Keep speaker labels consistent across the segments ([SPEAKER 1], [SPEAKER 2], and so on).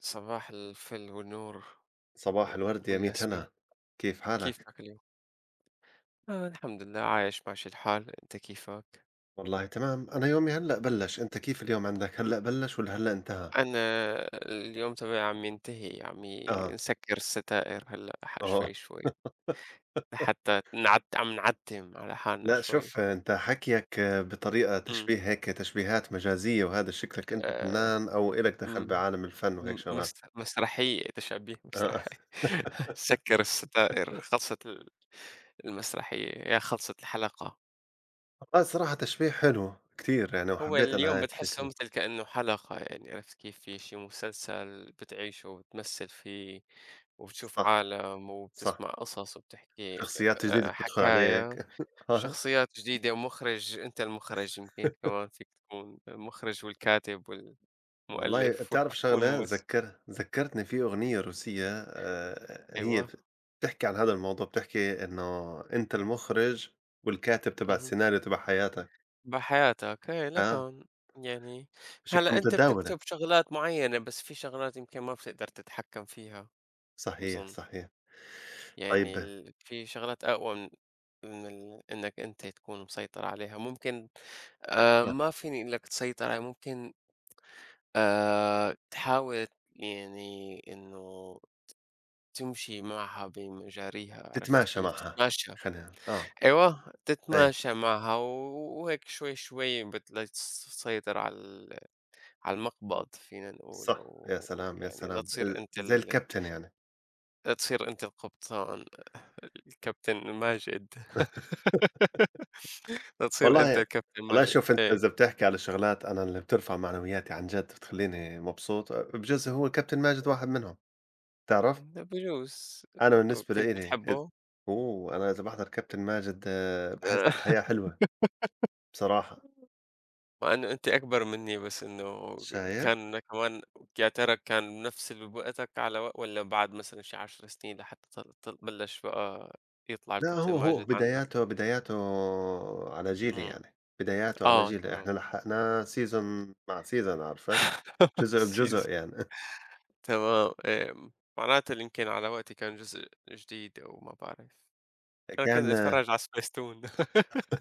[SPEAKER 1] صباح الفل والنور و-
[SPEAKER 2] صباح الورد يا ميت
[SPEAKER 1] والياسمين.
[SPEAKER 2] هلا. كيف حالك؟
[SPEAKER 1] كيفك اليوم؟ آه، الحمد لله عايش ماشي الحال. انت كيفك؟
[SPEAKER 2] والله تمام، أنا يومي هلأ بلش. أنت كيف اليوم، عندك هلأ بلش ولا هلأ انتهى؟
[SPEAKER 1] انا اليوم تبعي عم ينتهي، عم
[SPEAKER 2] آه.
[SPEAKER 1] نسكر الستائر هلا،
[SPEAKER 2] آه.
[SPEAKER 1] شوي شوي لحتى نعد عم نعتم على حالنا
[SPEAKER 2] لأ
[SPEAKER 1] شوي.
[SPEAKER 2] شوف، أنت حكيك بطريقة
[SPEAKER 1] امم
[SPEAKER 2] تشبيه، هيك تشبيهات مجازية، وهذا شكلك أنت
[SPEAKER 1] آه.
[SPEAKER 2] فنان أو إلك دخل
[SPEAKER 1] مم.
[SPEAKER 2] بعالم الفن وهيك شغلات.
[SPEAKER 1] مسرحية، تشبيه
[SPEAKER 2] آه.
[SPEAKER 1] مسرحية. سكر الستائر خلصت المسرحية، يا خلصت الحلقة.
[SPEAKER 2] آه صراحة تشبيه حلو كتير يعني،
[SPEAKER 1] هو
[SPEAKER 2] وحبيت أنا
[SPEAKER 1] اليوم
[SPEAKER 2] هاي
[SPEAKER 1] بتحسه
[SPEAKER 2] الفكرة.
[SPEAKER 1] مثل كأنه حلقة، يعني عرفت كيف؟ في شي مسلسل بتعيشه وبتمثل فيه وبتشوف
[SPEAKER 2] صح.
[SPEAKER 1] عالم
[SPEAKER 2] صح.
[SPEAKER 1] وبتسمع قصص وبتحكي.
[SPEAKER 2] شخصيات جديدة
[SPEAKER 1] آه،
[SPEAKER 2] بتدخل
[SPEAKER 1] حكاية.
[SPEAKER 2] عليك.
[SPEAKER 1] شخصيات جديدة ومخرج، أنت المخرج، يمكن كمان فيك تكون المخرج والكاتب
[SPEAKER 2] والله
[SPEAKER 1] والمؤلف
[SPEAKER 2] بتعرف شغلة،
[SPEAKER 1] والممثل.
[SPEAKER 2] ذكّرتني في أغنية روسية، هي
[SPEAKER 1] أيوة.
[SPEAKER 2] بتحكي عن هذا الموضوع، بتحكي إنه أنت المُخرِج والكاتب تبع
[SPEAKER 1] مهم.
[SPEAKER 2] السيناريو تبع حياتك،
[SPEAKER 1] بحياتك إيه
[SPEAKER 2] آه،
[SPEAKER 1] لكن، يعني.
[SPEAKER 2] بشكل
[SPEAKER 1] هلا أنت
[SPEAKER 2] متداولة.
[SPEAKER 1] بتكتب شغلات معينة، بس في شغلات يمكن ما بتقدر تتحكم فيها.
[SPEAKER 2] صحيح،
[SPEAKER 1] بظن
[SPEAKER 2] صحيح.
[SPEAKER 1] يعني
[SPEAKER 2] طيب،
[SPEAKER 1] في شغلات أقوى من من إنك أنت تكون مسيطر عليها، ممكن.
[SPEAKER 2] آه،
[SPEAKER 1] ما فيني أقول لك تسيطر عليها، ممكن تحاول، يعني إنه تمشي معها بمجاريها، عرفت
[SPEAKER 2] تتماشى
[SPEAKER 1] كيف؟
[SPEAKER 2] معها،
[SPEAKER 1] تتماشى.
[SPEAKER 2] خلينا آه،
[SPEAKER 1] أيوه،
[SPEAKER 2] أيوه.
[SPEAKER 1] تتماشى معها وهيك شوي، شوي لتسيطر على على المقبض، فينا نقول،
[SPEAKER 2] صح، يا
[SPEAKER 1] أو
[SPEAKER 2] سلام، يا
[SPEAKER 1] يعني لا
[SPEAKER 2] سلام،
[SPEAKER 1] تصير أنت
[SPEAKER 2] زي الكابتن يعني.
[SPEAKER 1] لا تصير أنت القبطان. الكابتن ماجد. تصير أنت
[SPEAKER 2] والله.
[SPEAKER 1] الكابتن
[SPEAKER 2] والله
[SPEAKER 1] ماجد،
[SPEAKER 2] شوف، أنت
[SPEAKER 1] إيه.
[SPEAKER 2] إذا بتحكي على شغلات أنا اللي بترفع معنوياتي عن جد، بتخلّيني مبسوط. بجوز هو الكابتن ماجد واحد منهم، بتعرف؟
[SPEAKER 1] بجوز
[SPEAKER 2] أنا بالنسبة
[SPEAKER 1] كنت
[SPEAKER 2] لإلي
[SPEAKER 1] بتحبه؟
[SPEAKER 2] أوه! أنا إذا باحضر كابتن ماجد آه، باحس الحياة حلوة بصراحة.
[SPEAKER 1] مع إنه أنت أكبر مني، بس إنه
[SPEAKER 2] شايف؟
[SPEAKER 1] كان كمان، يا ترى كان بنفس وقتك على، و والّا بعد مثلًا شي 10 سنين لحتى طل بلش بقى يطلع
[SPEAKER 2] لأ
[SPEAKER 1] الكابتن
[SPEAKER 2] هو
[SPEAKER 1] ماجد عندك؟
[SPEAKER 2] بداياته على جيلي
[SPEAKER 1] إمم.
[SPEAKER 2] يعني، بداياته على
[SPEAKER 1] آه،
[SPEAKER 2] جيلي،
[SPEAKER 1] تمام.
[SPEAKER 2] إحنا لحقناه season مع season، عرفت؟ جزء بجزء
[SPEAKER 1] سيز
[SPEAKER 2] يعني.
[SPEAKER 1] تمام، معناته اللي يمكن على وقتي كان جزء جديد أو ما بعرف. أنا كنت
[SPEAKER 2] كان
[SPEAKER 1] أتفرّج على سبيستون.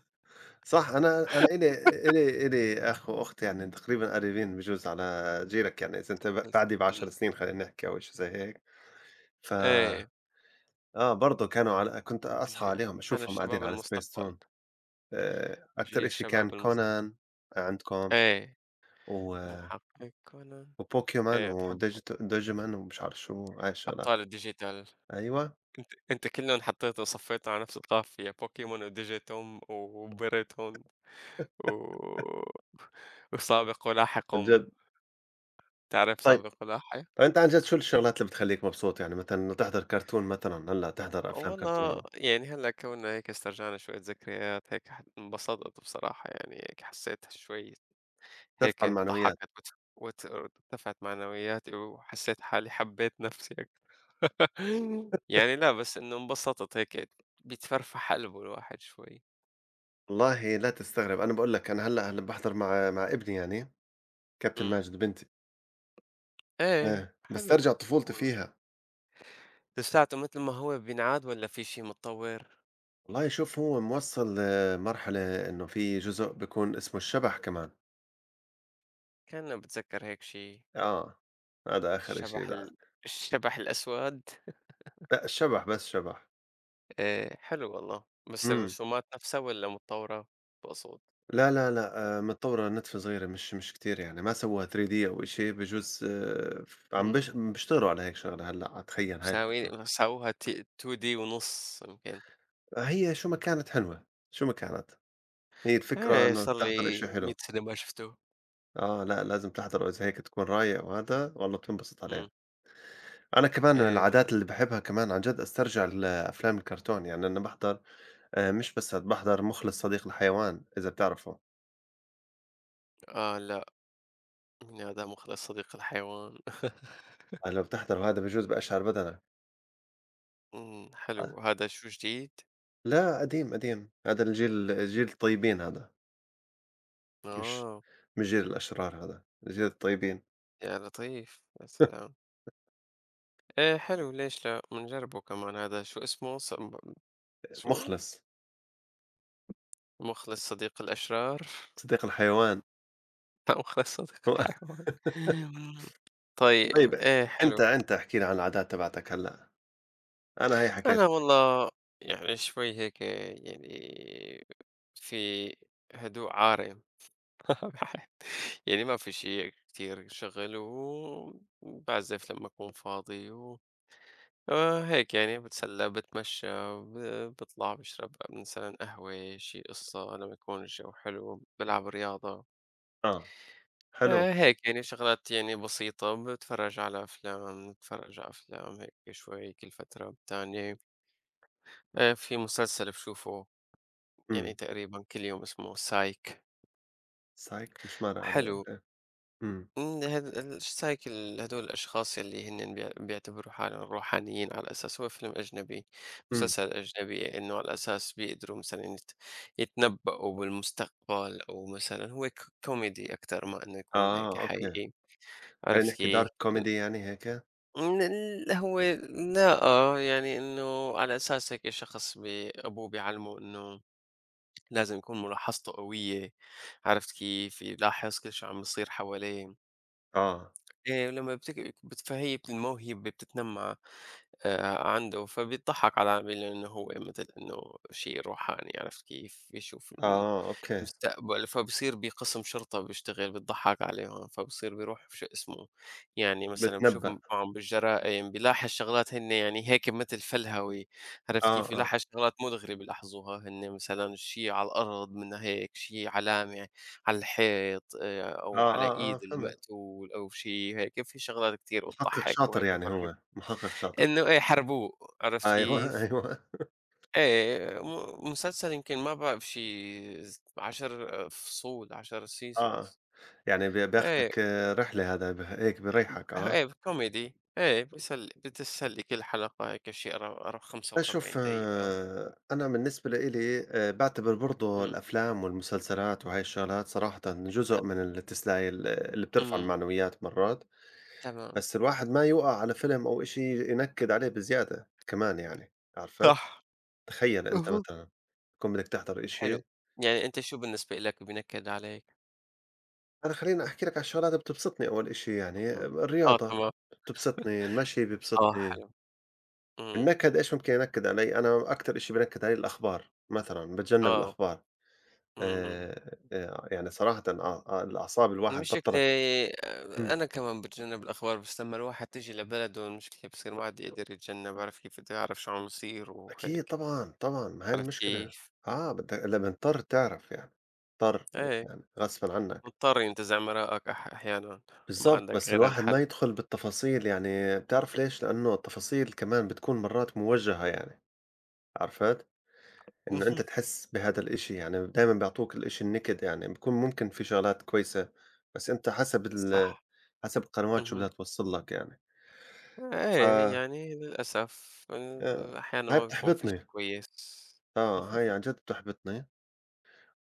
[SPEAKER 2] صح. أنا إلي أخ وأخت يعني تقريبًا قريبين بجوز على جيلك يعني، إذا أنت
[SPEAKER 1] بس
[SPEAKER 2] بعدي ب10 سنين خلّينا نحكي أو شي زي هيك. ف
[SPEAKER 1] إيه،
[SPEAKER 2] آه، برضه كانوا على كنت أصحى
[SPEAKER 1] ج
[SPEAKER 2] عليهم
[SPEAKER 1] أنا
[SPEAKER 2] أشوفهم
[SPEAKER 1] شباب
[SPEAKER 2] قاعدين على سبيس
[SPEAKER 1] المستقبل،
[SPEAKER 2] تون. آآ، أكتر
[SPEAKER 1] جيل
[SPEAKER 2] إشي كان
[SPEAKER 1] شباب المستقبل.
[SPEAKER 2] Conan عندكم،
[SPEAKER 1] إيه،
[SPEAKER 2] و
[SPEAKER 1] محقق كونان.
[SPEAKER 2] وPokemon
[SPEAKER 1] إيه، باحب
[SPEAKER 2] وDigit Digimon ومش عارف شو هاي الشغلات.
[SPEAKER 1] أبطال الديجيتال.
[SPEAKER 2] أيوه.
[SPEAKER 1] أنت أنت كلّن حطّيته وصفّيته على نفس القافية، بوكيمون وديجيتوم وبيريتون و وسابق
[SPEAKER 2] عن
[SPEAKER 1] ولاحقٌ.
[SPEAKER 2] جد.
[SPEAKER 1] تعرف
[SPEAKER 2] طيب.
[SPEAKER 1] سابق ولاحق؟
[SPEAKER 2] طيب أنت عن جد شو الشغلات اللي بتخلّيك مبسوط يعني، مثلًا إنه تحضر كرتون، مثلًا هلّأ تحضر أفلام كرتون
[SPEAKER 1] والله يعني هلّأ كونّا هيك استرجعنا شوية ذكريات، هيك ح انبسطت بصراحة، يعني هيك حسّيت شوي، هيك
[SPEAKER 2] ترفع المعنويات.
[SPEAKER 1] ضحّكت وت وت وارتفعت معنوياتي وحسّيت حالي، حبّيت نَفْسي أكتر. يعني لأ، بس إنه انبسطت هيك، بيتفرفح قلبه الواحد شوي.
[SPEAKER 2] والله لا تستغرب، أنا باقول لك أنا هلّأ هلّا باحضر مع ابني يعني كابتن
[SPEAKER 1] إمم.
[SPEAKER 2] ماجد بنتي،
[SPEAKER 1] إيه،
[SPEAKER 2] آه،
[SPEAKER 1] حلو
[SPEAKER 2] باسترجع طفولتي
[SPEAKER 1] والله.
[SPEAKER 2] فيها.
[SPEAKER 1] لساته متل ما هو بينعاد والّا في شي متطوّر؟
[SPEAKER 2] والله شوف، هو موصّل مرحلة إنه في جزء بيكون اسمه الشبح كمان،
[SPEAKER 1] كان باتذكّر هيك شي.
[SPEAKER 2] آه، هذا آخر إشي
[SPEAKER 1] الشبح ال الشبح الأسود.
[SPEAKER 2] لأ، الشبح بس شبح.
[SPEAKER 1] حلو والله. بس
[SPEAKER 2] إمم.
[SPEAKER 1] الرسومات نَفْسها والّا متطوّرة؟ تقصد.
[SPEAKER 2] لا، لا، لأ آه، متطوّرة نتفة صغيرة، مش مش كتير يعني، ما سوّوها 3D أو شي بجوز، ف عم
[SPEAKER 1] إمم.
[SPEAKER 2] بيشتغلوا على هيك شغلة هلّأ أتخيّل هاي الفكرة.
[SPEAKER 1] ساوها 2D ونُص يمكن.
[SPEAKER 2] آه، هي شو ما كانت حلوة، شو ما كانت، هي الفكرة
[SPEAKER 1] إيه
[SPEAKER 2] إنه
[SPEAKER 1] صار
[SPEAKER 2] تحضر
[SPEAKER 1] لي
[SPEAKER 2] إشي حلو.
[SPEAKER 1] 100 سنة ما شفتو.
[SPEAKER 2] آه، لأ لازم تحضره، إذا هيك تكون رايق، وهذا والله بتنبسط
[SPEAKER 1] إمم.
[SPEAKER 2] عليه. أنا كمان من
[SPEAKER 1] إيه
[SPEAKER 2] العادات
[SPEAKER 1] والله.
[SPEAKER 2] اللي باحبها كمان عن جد أسترجع الأفلام الكرتون، يعني أنا باحضر آآ، مش بس هاد، باحضر مخلص صديق للحيوان، إذا بتعرفه.
[SPEAKER 1] آه، لأ، من هذا مخلص صديق الحيوان.
[SPEAKER 2] هلّا بتحضره هذا بجوز بأشعر بدنك.
[SPEAKER 1] حلو. هذا شو جديد؟
[SPEAKER 2] لا قديم، قديم، هذا الجيل جيل الطيبين هذا، مش
[SPEAKER 1] آه،
[SPEAKER 2] مش جيل الأشرار هذا، جيل الطيبين.
[SPEAKER 1] يا لطيف، يا سلام. إيه حلو، ليش لأ، بنجربه كمان. هذا شو اسمه؟ ص م شو؟
[SPEAKER 2] مخلص،
[SPEAKER 1] مخلص صديق الأشرار؟
[SPEAKER 2] صديق الحيوان.
[SPEAKER 1] لأ، مخلص صديق
[SPEAKER 2] هو
[SPEAKER 1] الحيوان. طيب،
[SPEAKER 2] طيب.
[SPEAKER 1] إيه حلو.
[SPEAKER 2] أنت احكِ لي عن العادات تبعتك هلأ، أنا هي حكيت
[SPEAKER 1] أنا
[SPEAKER 2] لك.
[SPEAKER 1] والله يعني شوي هيك، يعني في هدوء عارم، يعني ما في شي كتير شغل. وبعزف لمّا أكون فاضي، و هيك يعني باتسلى، باتمشى، ب باطلع، باشرب مثلًا قهوة، شي قصة لمّا يكون الجو حلو، بالعب رياضة.
[SPEAKER 2] آه، حلو.
[SPEAKER 1] هيك يعني شغلات يعني بسيطة، باتفرج على أفلام، باتفرج على أفلام هيك شوي كل فترة والتانية. في مسلسل باشوفه يعني
[SPEAKER 2] إمم.
[SPEAKER 1] تقريبًا كل يوم اسمه Psych.
[SPEAKER 2] Psych مش مر علي قبل
[SPEAKER 1] حلو.
[SPEAKER 2] هيك. إمم.
[SPEAKER 1] إمم. هاد الش هيكل هادول الأشخاص يلّي هنّن بيعتبروا حالهم روحانيين، على أساس هو فيلم أجنبي،
[SPEAKER 2] إمم.
[SPEAKER 1] مسلسل أجنبي، إنه على أساس بيقدروا مثلًا يتنبؤوا بالمستقبل، أو مثلًا هو كوميدي أكتر ما إنه يكون هيك
[SPEAKER 2] آه أوكي،
[SPEAKER 1] حقيقي،
[SPEAKER 2] خلّينا
[SPEAKER 1] عرفت
[SPEAKER 2] نحكي
[SPEAKER 1] كيف؟
[SPEAKER 2] dark
[SPEAKER 1] إن
[SPEAKER 2] comedy يعني هيك؟ إمم.
[SPEAKER 1] إن ال هو لأ، آه، يعني إنه على أساس هيك شخص أبوه بيعلمه إنه لازم يكون ملاحظته قوية، عرفت كيف؟ يلاحظ كل شي عم بيصير حواليه.
[SPEAKER 2] آه.
[SPEAKER 1] لمّا بتك بت فهي المواهب بتتنمّى عنده، فبيتضحّك على عميل إنه هو مثل إنه شيء روحاني، عرفت كيف؟ بيشوف
[SPEAKER 2] آه أوكي.
[SPEAKER 1] مستقبل، فبصير بقسم شرطة بيشتغل، بيضحّك عليهم، فبصير بيروح في شو اسمه، يعني مثلًا باشوف
[SPEAKER 2] بتنبأ.
[SPEAKER 1] معهم بالجرائم، بيلاحظ شغلات هن يعني هيك متل فلهوي، عرفت
[SPEAKER 2] آه،
[SPEAKER 1] كيف؟
[SPEAKER 2] آه،
[SPEAKER 1] يلاحظ شغلات مُدهِرة بيلاحظوها هن، مثلًا شي على الأرض مِنّا هيك، شي علامة على الحيط، أو
[SPEAKER 2] آه،
[SPEAKER 1] على
[SPEAKER 2] آه،
[SPEAKER 1] إيد
[SPEAKER 2] آه، فهمت.
[SPEAKER 1] المقتول أو شي هيك، في شغلات كتير
[SPEAKER 2] محقق
[SPEAKER 1] بتضحّك
[SPEAKER 2] شاطر
[SPEAKER 1] وهيك
[SPEAKER 2] يعني
[SPEAKER 1] بيفرجوك
[SPEAKER 2] هو، محقق شاطر.
[SPEAKER 1] إنه، إيه، حربوه، عرفت
[SPEAKER 2] أيوه.
[SPEAKER 1] كيف؟
[SPEAKER 2] أيوه.
[SPEAKER 1] إيه، مسلسل يمكن ما بعرف شي 10 فصول،
[SPEAKER 2] آه.
[SPEAKER 1] 10
[SPEAKER 2] يعني
[SPEAKER 1] seasons. إيه،
[SPEAKER 2] بياخدك آه، رحلة هذا هيك بيريحك آه.
[SPEAKER 1] إيه كوميدي، إيه بيسلي، بتسلي كل حلقة هيك شي أرا أرا
[SPEAKER 2] أنا شوف
[SPEAKER 1] 45 دقيقة.
[SPEAKER 2] آه، أنا بالنسبة لإلي باعتبر برضه
[SPEAKER 1] إمم،
[SPEAKER 2] الأفلام والمسلسلات وهاي الشغلات صراحةً جزء من التسلية اللي بترفع
[SPEAKER 1] إمم،
[SPEAKER 2] المعنويات مرات،
[SPEAKER 1] تمام.
[SPEAKER 2] بس الواحد ما يوقع على فيلم أو إشي ينكد عليه بزيادة كمان يعني، عرفت؟
[SPEAKER 1] صح،
[SPEAKER 2] تخيل أنت
[SPEAKER 1] اهم.
[SPEAKER 2] مثلًا تكون بدك تحضر
[SPEAKER 1] حلو،
[SPEAKER 2] إشي.
[SPEAKER 1] يعني أنت شو بالنسبة إلك بينكد عليك؟
[SPEAKER 2] أنا خلّيني أحكي لك على الشغلات اللي بتبسطني أول إشي يعني، آه،
[SPEAKER 1] إمم. آه،
[SPEAKER 2] الرياضة
[SPEAKER 1] تمام.
[SPEAKER 2] بتبسطني، المشي
[SPEAKER 1] آه،
[SPEAKER 2] بيبسطني.
[SPEAKER 1] حلو. إمم.
[SPEAKER 2] النكد إيش ممكن ينكد علي؟ أنا أكتر إشي بينكد علي الأخبار مثلًا، باتجنب
[SPEAKER 1] آه،
[SPEAKER 2] الأخبار،
[SPEAKER 1] إمم، إمم.
[SPEAKER 2] يعني صراحةً الأعصاب الواحد
[SPEAKER 1] المشكلة،
[SPEAKER 2] بطّلت. إمم.
[SPEAKER 1] أنا كمان باتجنّب الأخبار، بس لمّا الواحد تيجي لبلده المشكلة بصير ما عاد يقدر يتجنّب، عارف كيف؟ بده يعرف شو عم يصير
[SPEAKER 2] أكيد
[SPEAKER 1] وهيك،
[SPEAKER 2] طبعًا، طبعًا، ما هاي
[SPEAKER 1] عرفت
[SPEAKER 2] المشكلة.
[SPEAKER 1] كيف؟
[SPEAKER 2] آه بدك، لأ مضطر تعرف يعني، مضطر،
[SPEAKER 1] إيه،
[SPEAKER 2] يعني غصبًا عنك.
[SPEAKER 1] مضطر ينتزع مرائك أح أحيانًا، ما
[SPEAKER 2] بالضبط،
[SPEAKER 1] عندك
[SPEAKER 2] بس
[SPEAKER 1] غير
[SPEAKER 2] الواحد ما
[SPEAKER 1] هالحل.
[SPEAKER 2] يدخل بالتفاصيل يعني، بتعرف ليش؟ لأنه التفاصيل كمان بتكون مرات موجهة يعني، عرفت؟ إن أنت
[SPEAKER 1] اهم،
[SPEAKER 2] تحس بهذا الإشي، يعني دايمًا بيعطوك الإشي النِكِد، يعني بيكون ممكن في شغلات كويسة، بس أنت حسب
[SPEAKER 1] صح،
[SPEAKER 2] حسب القنوات شو بدها
[SPEAKER 1] اهم.
[SPEAKER 2] توصّل لك يعني. ف
[SPEAKER 1] إيه، يعني للأسف
[SPEAKER 2] آه،
[SPEAKER 1] أحيانًا
[SPEAKER 2] هاي
[SPEAKER 1] ما بيكون في شي
[SPEAKER 2] بتحبطني،
[SPEAKER 1] كويس.
[SPEAKER 2] آه، هاي عن جد بتحبطني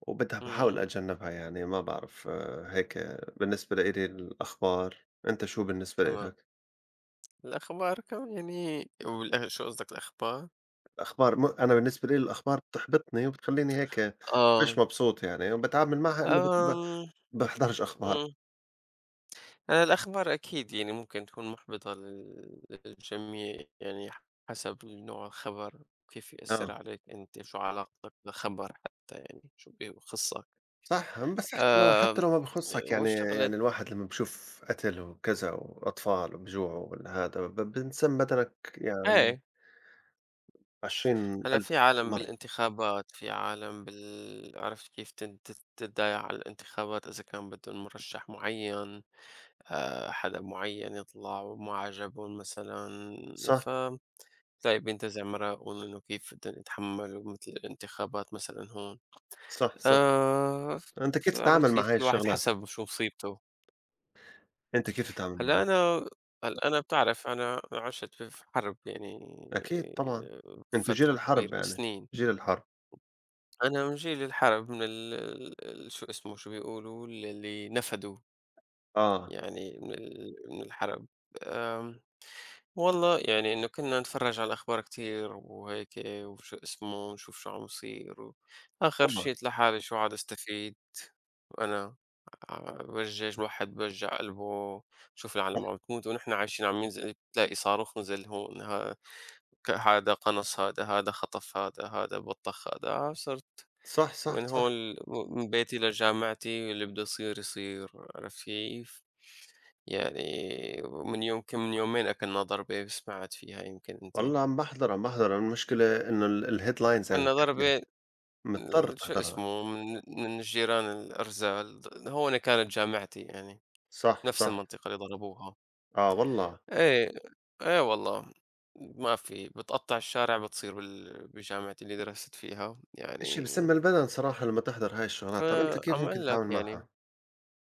[SPEAKER 2] وبدها، باحاول
[SPEAKER 1] إمم،
[SPEAKER 2] أتجنّبها يعني، ما باعرف، هيك بالنسبة لإلي الأخبار. أنت شو بالنسبة
[SPEAKER 1] تمام.
[SPEAKER 2] لإلك؟
[SPEAKER 1] الأخبار كمان يعني، شو قصدك الأخبار؟
[SPEAKER 2] الأخبار، أنا بالنسبة لإلي الأخبار بتحبطني وبتخلّيني هيك مش
[SPEAKER 1] آه،
[SPEAKER 2] مبسوط يعني، وباتعامل معها إنه بت ب
[SPEAKER 1] آمم،
[SPEAKER 2] باحضرش أخبار.
[SPEAKER 1] إمم. الأخبار أكيد يعني ممكن تكون مُحبِطة للجميع، يعني حسب نوع الخبر، كيف يأثّر
[SPEAKER 2] آه.
[SPEAKER 1] عليك أنت، شو علاقتك بالخبر حتى، يعني شو بخصّك.
[SPEAKER 2] صح، بس حتى لو،
[SPEAKER 1] آمم،
[SPEAKER 2] حتى لو ما بخُصّك، يعني
[SPEAKER 1] والشغلة
[SPEAKER 2] يعني الواحد لمّا بيشوف قتل وكذا وأطفال وبيجوعوا ولا هذا بانسَم بدنك يعني
[SPEAKER 1] إيه، هلأ
[SPEAKER 2] 20,000
[SPEAKER 1] في عالم
[SPEAKER 2] مرّة.
[SPEAKER 1] بالانتخابات، في عالم عرفت كيف تن تت تتضايق على الانتخابات إذا كان بدّن مُرشّح معيّن، حدا معيّن يطلع وما عجبهم مثلًا. ف
[SPEAKER 2] صح،
[SPEAKER 1] طيب أنت زي ما رأوا إنه كيف بدهم يتحمّلوا مثل الانتخابات مثلًا هون،
[SPEAKER 2] صح، صح.
[SPEAKER 1] آآ،
[SPEAKER 2] أنت
[SPEAKER 1] ف
[SPEAKER 2] كيف
[SPEAKER 1] عرفت
[SPEAKER 2] تتعامل
[SPEAKER 1] كيف؟
[SPEAKER 2] مع هاي
[SPEAKER 1] كل واحد
[SPEAKER 2] الشغلات؟
[SPEAKER 1] حسب شو مصيبته.
[SPEAKER 2] أنت كيف تتعامل
[SPEAKER 1] هلأ
[SPEAKER 2] معها؟
[SPEAKER 1] أنا هلأ أنا بتعرف أنا عشت في حرب يعني
[SPEAKER 2] أكيد طبعًا، أنتم جيل
[SPEAKER 1] فترة كبيرة
[SPEAKER 2] الحرب يعني،
[SPEAKER 1] سنين.
[SPEAKER 2] جيل الحرب.
[SPEAKER 1] أنا من جيل الحرب من ال ال شو اسمه، شو بيقولوا، اللي نفدوا
[SPEAKER 2] آه.
[SPEAKER 1] يعني من من الحرب. آمم والله يعني إنه كنا نتفرّج على الأخبار كتير وهيك، وشو اسمه، ونشوف شو عم يصير، و آخر شي
[SPEAKER 2] طبعًا.
[SPEAKER 1] قُلت لحالي شو عاد استفيد. أنا ع بوجّج الواحد بيوجّع قلبه، شوف العالم عم تموت ونحن عايشين، عم ينزل تلاقي صاروخ نزل هون، ها ك هادا قنص هادا، هادا خطف هادا، هادا بطّخ هادا، صار
[SPEAKER 2] صح، صح،
[SPEAKER 1] من
[SPEAKER 2] صح.
[SPEAKER 1] هون ل م من بيتي لجامعتي، اللي بده يصير يصير، عرفت كيف؟ يعني من يوم، كم من يومين، أكلنا ضربة سمعت فيها يمكن أنت.
[SPEAKER 2] والله عم باحضر، عم باحضر، المشكلة إنه الheadlines يعني
[SPEAKER 1] أكلنا
[SPEAKER 2] بتحكي لك،
[SPEAKER 1] ضربة،
[SPEAKER 2] مضطر
[SPEAKER 1] شو
[SPEAKER 2] تحضرها.
[SPEAKER 1] اسمه، من الجيران الأرذل، هون كانت جامعتي يعني،
[SPEAKER 2] صح،
[SPEAKER 1] نفس
[SPEAKER 2] صح.
[SPEAKER 1] المنطقة اللي ضربوها.
[SPEAKER 2] آه والله.
[SPEAKER 1] إيه، إيه والله، ما في، بتقطّع الشارع بتصير بجامعتي اللي درست فيها،
[SPEAKER 2] إشي
[SPEAKER 1] يعني
[SPEAKER 2] بسم البدن صراحة لمّا تحضر هاي الشغلات، طَب أنت كيف
[SPEAKER 1] فأمان
[SPEAKER 2] ممكن
[SPEAKER 1] لك
[SPEAKER 2] تتعامل
[SPEAKER 1] يعني.
[SPEAKER 2] معها؟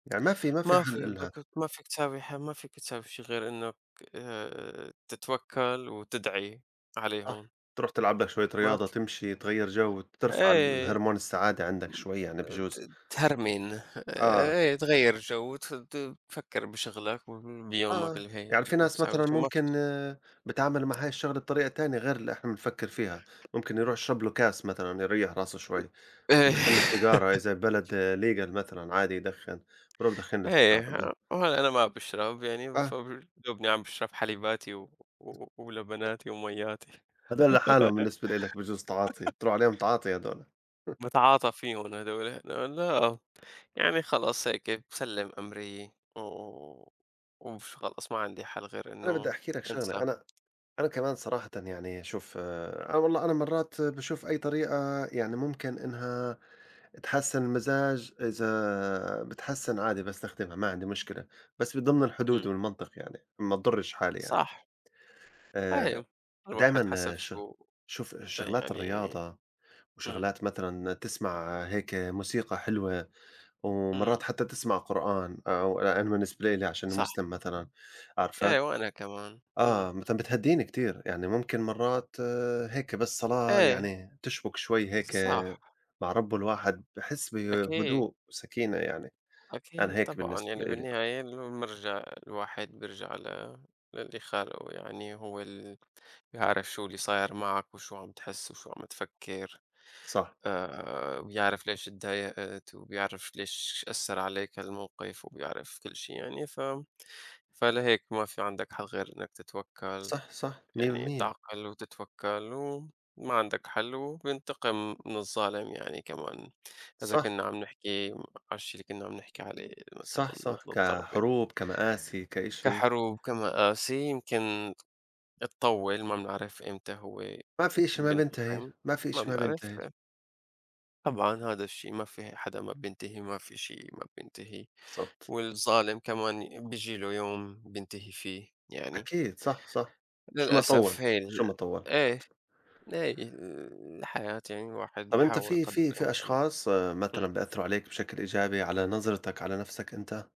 [SPEAKER 2] يعني ما في، ما في
[SPEAKER 1] ما
[SPEAKER 2] حل
[SPEAKER 1] في،
[SPEAKER 2] إلها.
[SPEAKER 1] بدك ما فيك تساوي، ما فيك تساوي شي غير إنّك تتوكّل وتدعي عليهم.
[SPEAKER 2] صح. تروح تلعب لك شوية
[SPEAKER 1] ما
[SPEAKER 2] رياضة،
[SPEAKER 1] في،
[SPEAKER 2] تمشي، تغيّر جو، ترفع
[SPEAKER 1] إيه،
[SPEAKER 2] هرمون السعادة عندك شوي يعني
[SPEAKER 1] ت
[SPEAKER 2] بجوز.
[SPEAKER 1] تهرمن،
[SPEAKER 2] آه،
[SPEAKER 1] إيه تغيّر جو، وت ت تفكّر بشغلك، بيومك
[SPEAKER 2] آه،
[SPEAKER 1] اللي هي
[SPEAKER 2] يعني
[SPEAKER 1] بدك،
[SPEAKER 2] في
[SPEAKER 1] عم
[SPEAKER 2] ناس
[SPEAKER 1] تساوي
[SPEAKER 2] مثلًا
[SPEAKER 1] شو ما
[SPEAKER 2] ممكن
[SPEAKER 1] فيك.
[SPEAKER 2] بتتعامل مع هاي الشغلة بطريقة تانية غير اللي إحنا بنفكّر فيها، ممكن يروح يشرب له كاس مثلًا يريّح راسه شوي،
[SPEAKER 1] إيه.
[SPEAKER 2] يدخّن له سيجارة إذا ببلد legal مثلًا عادي يدخّن، بيروح يدخّن له سيجارة.
[SPEAKER 1] إيه، وهلأ أنا ما باشرب يعني، ف
[SPEAKER 2] آه،
[SPEAKER 1] دوبني عم باشرب حليباتي ولبناتي وميّاتي.
[SPEAKER 2] هدول لحالهم بالنسبة لإلك بجوز تعاطي، بتروح عليهم تعاطي هدول.
[SPEAKER 1] باتعاطى فيهم هاذول، لأ، يعني خلاص هيك بسلّم أمري، و وش خلص ما عندي حل غير
[SPEAKER 2] أنا بدّي
[SPEAKER 1] إنه،
[SPEAKER 2] أحكي لك شغلة،
[SPEAKER 1] انسى.
[SPEAKER 2] أنا أنا كمان صراحةً يعني شوف أنا والله أنا مرّات باشوف أي طريقة يعني ممكن إنها تحسّن المزاج، إذا بتحسّن عادي باستخدمها، ما عندي مشكلة، بس بضمن الحدود
[SPEAKER 1] إمم.
[SPEAKER 2] والمنطق يعني، ما تضرّش حالي يعني.
[SPEAKER 1] صح،
[SPEAKER 2] آآ،
[SPEAKER 1] فاهم. الواحد حسب
[SPEAKER 2] دايمًا
[SPEAKER 1] شو،
[SPEAKER 2] شوف شغلات
[SPEAKER 1] يعني.
[SPEAKER 2] الرياضة
[SPEAKER 1] إمم،
[SPEAKER 2] وشغلات، مثلًا تسمع هيك موسيقى حلوة، ومرّات
[SPEAKER 1] إمم،
[SPEAKER 2] حتى تسمع قرآن، أو أنا بالنسبة لإلي عشان
[SPEAKER 1] صح.
[SPEAKER 2] مسلم مثلًا، عارفة؟
[SPEAKER 1] إيه وأنا كمان. إمم.
[SPEAKER 2] آه، مثلًا بتهدّيني كتير، يعني ممكن مرّات آه، هيك بس صلاة
[SPEAKER 1] إيه،
[SPEAKER 2] يعني تشبُك شوي هيك
[SPEAKER 1] صح.
[SPEAKER 2] آه، مع ربُّه الواحد بحس
[SPEAKER 1] أكيد،
[SPEAKER 2] بهدوء وسكينة يعني،
[SPEAKER 1] أكيد
[SPEAKER 2] أنا هيك
[SPEAKER 1] طبعًا.
[SPEAKER 2] بالنسبة
[SPEAKER 1] يعني
[SPEAKER 2] لإلي.
[SPEAKER 1] بالنهاية إنه بنرجع، الواحد بيرجع للي خالقه، يعني هو اللي بيعرف شو اللي صاير معك، وشو عم تحس، وشو عم تفكّر.
[SPEAKER 2] صح،
[SPEAKER 1] وبيعرف ليش اتضايقت، وبيعرف ليش أثّر عليك هالموقف، وبيعرف كل شي يعني. فلهيك ما في عندك حل غير إنّك تتوكّل،
[SPEAKER 2] صح، صح،
[SPEAKER 1] يعني
[SPEAKER 2] 100%.
[SPEAKER 1] تعقل وتتوكّل، وما عندك حل. وبينتقم من الظالم يعني كمان، إذا
[SPEAKER 2] صح،
[SPEAKER 1] كنّا عم نحكي على الشي اللي كنّا عم نحكي عليه، مثلًا
[SPEAKER 2] صح، صح،
[SPEAKER 1] متل الضربة.
[SPEAKER 2] كحروب، كمآسي، كإشي،
[SPEAKER 1] كحروب، كمآسي، يمكن تطوّل، ما بنعرف إمتى هو
[SPEAKER 2] ما في إشي ما بينتهي،
[SPEAKER 1] بينتقم،
[SPEAKER 2] ما في
[SPEAKER 1] ما
[SPEAKER 2] إشي ما
[SPEAKER 1] بنعرف.
[SPEAKER 2] بينتهي.
[SPEAKER 1] طبعًا هذا الشيء، ما في حدا، ما بينتهي، ما في شيء ما بينتهي،
[SPEAKER 2] بالضبط.
[SPEAKER 1] والظالم كمان بييجي له يوم بينتهي فيه يعني.
[SPEAKER 2] أكيد، صح، صح، شو ما طوّل،
[SPEAKER 1] للأسف هي
[SPEAKER 2] شو ما طوّل.
[SPEAKER 1] إيه، هي الحياة، يعني الواحد
[SPEAKER 2] طَب أنت
[SPEAKER 1] بيحاول
[SPEAKER 2] في
[SPEAKER 1] قدر
[SPEAKER 2] في
[SPEAKER 1] الإمكان.
[SPEAKER 2] أشخاص آه، مثلًا
[SPEAKER 1] إمم.
[SPEAKER 2] بيأثّروا عليك بشكل إيجابي على نظرتك على نَفْسك أنت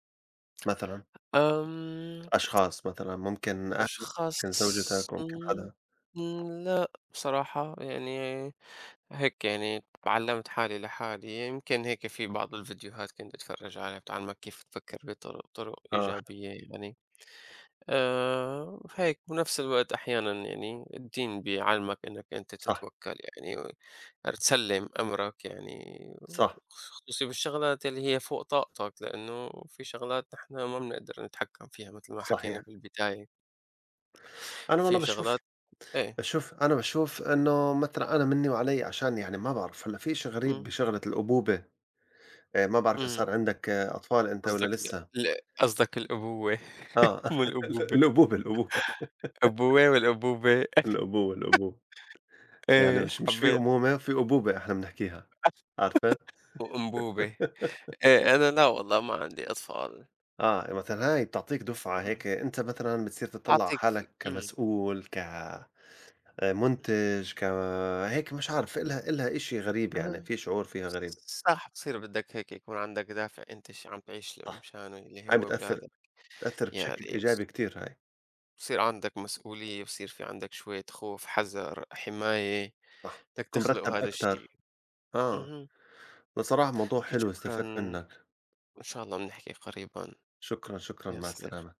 [SPEAKER 2] مثلًا؟
[SPEAKER 1] آمم،
[SPEAKER 2] أشخاص مثلًا، ممكن أهلك،
[SPEAKER 1] أشخاص.
[SPEAKER 2] ممكن زوجتك، ممكن
[SPEAKER 1] إمم،
[SPEAKER 2] حدا.
[SPEAKER 1] إمم، لأ بصراحة يعني هيك، يعني علّمت حالي لحالي، يمكن هيك في بعض الفيديوهات كنت أتفرج عليها بتعلمك كيف تفكر بطرق
[SPEAKER 2] آه،
[SPEAKER 1] إيجابية يعني. هيك بنفس الوقت أحيانًا يعني الدين بيعلمك إنك أنت
[SPEAKER 2] صح،
[SPEAKER 1] تتوكّل يعني، و تسلّم أمرك يعني،
[SPEAKER 2] صح،
[SPEAKER 1] خصوصي بالشغلات اللي هي فوق طاقتك، لإنه في شغلات نحن ما بنقدر نتحكّم فيها متل ما حكينا
[SPEAKER 2] صحيح.
[SPEAKER 1] بالبداية.
[SPEAKER 2] أنا والله
[SPEAKER 1] في
[SPEAKER 2] باشوف
[SPEAKER 1] شغلات، إيه.
[SPEAKER 2] باشوف أنا باشوف إنه مثلًا أنا منّي وعلي، عشان يعني ما بعرف هلأ في إشي غريب
[SPEAKER 1] إمم،
[SPEAKER 2] بشغلة الأبوبة، ما بعرف إذا
[SPEAKER 1] إمم،
[SPEAKER 2] صار عندك آه، أطفال أنت والّا
[SPEAKER 1] قصدك ال
[SPEAKER 2] لسه؟
[SPEAKER 1] ال قصدك الأبوة.
[SPEAKER 2] آه
[SPEAKER 1] مو الأبوبة،
[SPEAKER 2] الأبوبة، الأبوبة،
[SPEAKER 1] أبوة والأبوبة.
[SPEAKER 2] الأبوة، الأبوة، يعني
[SPEAKER 1] إيه
[SPEAKER 2] مش، مش في
[SPEAKER 1] حبّيت.
[SPEAKER 2] أمومة، في أبوبة إحنا بنحكيها، عرفت؟
[SPEAKER 1] وأنبوبة. إيه أنا، لا والله ما عندي أطفال.
[SPEAKER 2] آه، مثلًا هاي بتعطيك دُفعة
[SPEAKER 1] إمم،
[SPEAKER 2] هيك، أنت مثلًا بتصير تطلّع على
[SPEAKER 1] أعطيك
[SPEAKER 2] حالك
[SPEAKER 1] إمم.
[SPEAKER 2] كمسؤول، مُنتِج، هيك مش عارف إلها، إلها إشي غريب يعني،
[SPEAKER 1] أنا
[SPEAKER 2] في شعور فيها غريب.
[SPEAKER 1] صح، بصير بدك هيك يكون عندك دافع، أنت ش عم تعيش
[SPEAKER 2] صح،
[SPEAKER 1] مشانه اللي هو
[SPEAKER 2] هاي بتأثّر،
[SPEAKER 1] ولادك،
[SPEAKER 2] بشكل
[SPEAKER 1] يعني
[SPEAKER 2] إيجابي كتير هاي.
[SPEAKER 1] بصير عندك مسؤولية، بصير في عندك شوية خوف، حذر، حماية،
[SPEAKER 2] صح،
[SPEAKER 1] بدك
[SPEAKER 2] بتكون
[SPEAKER 1] تخلق
[SPEAKER 2] مرتّب
[SPEAKER 1] هذا الشيء.
[SPEAKER 2] أكتر، آه،
[SPEAKER 1] اهم،
[SPEAKER 2] بصراحة موضوع حلو استفدت
[SPEAKER 1] فشكرًا،
[SPEAKER 2] منّك،
[SPEAKER 1] إن شاء الله بنحكي قريبًا
[SPEAKER 2] شكرًا، شكرًا،
[SPEAKER 1] يا
[SPEAKER 2] مع
[SPEAKER 1] صديقي.
[SPEAKER 2] السلامة.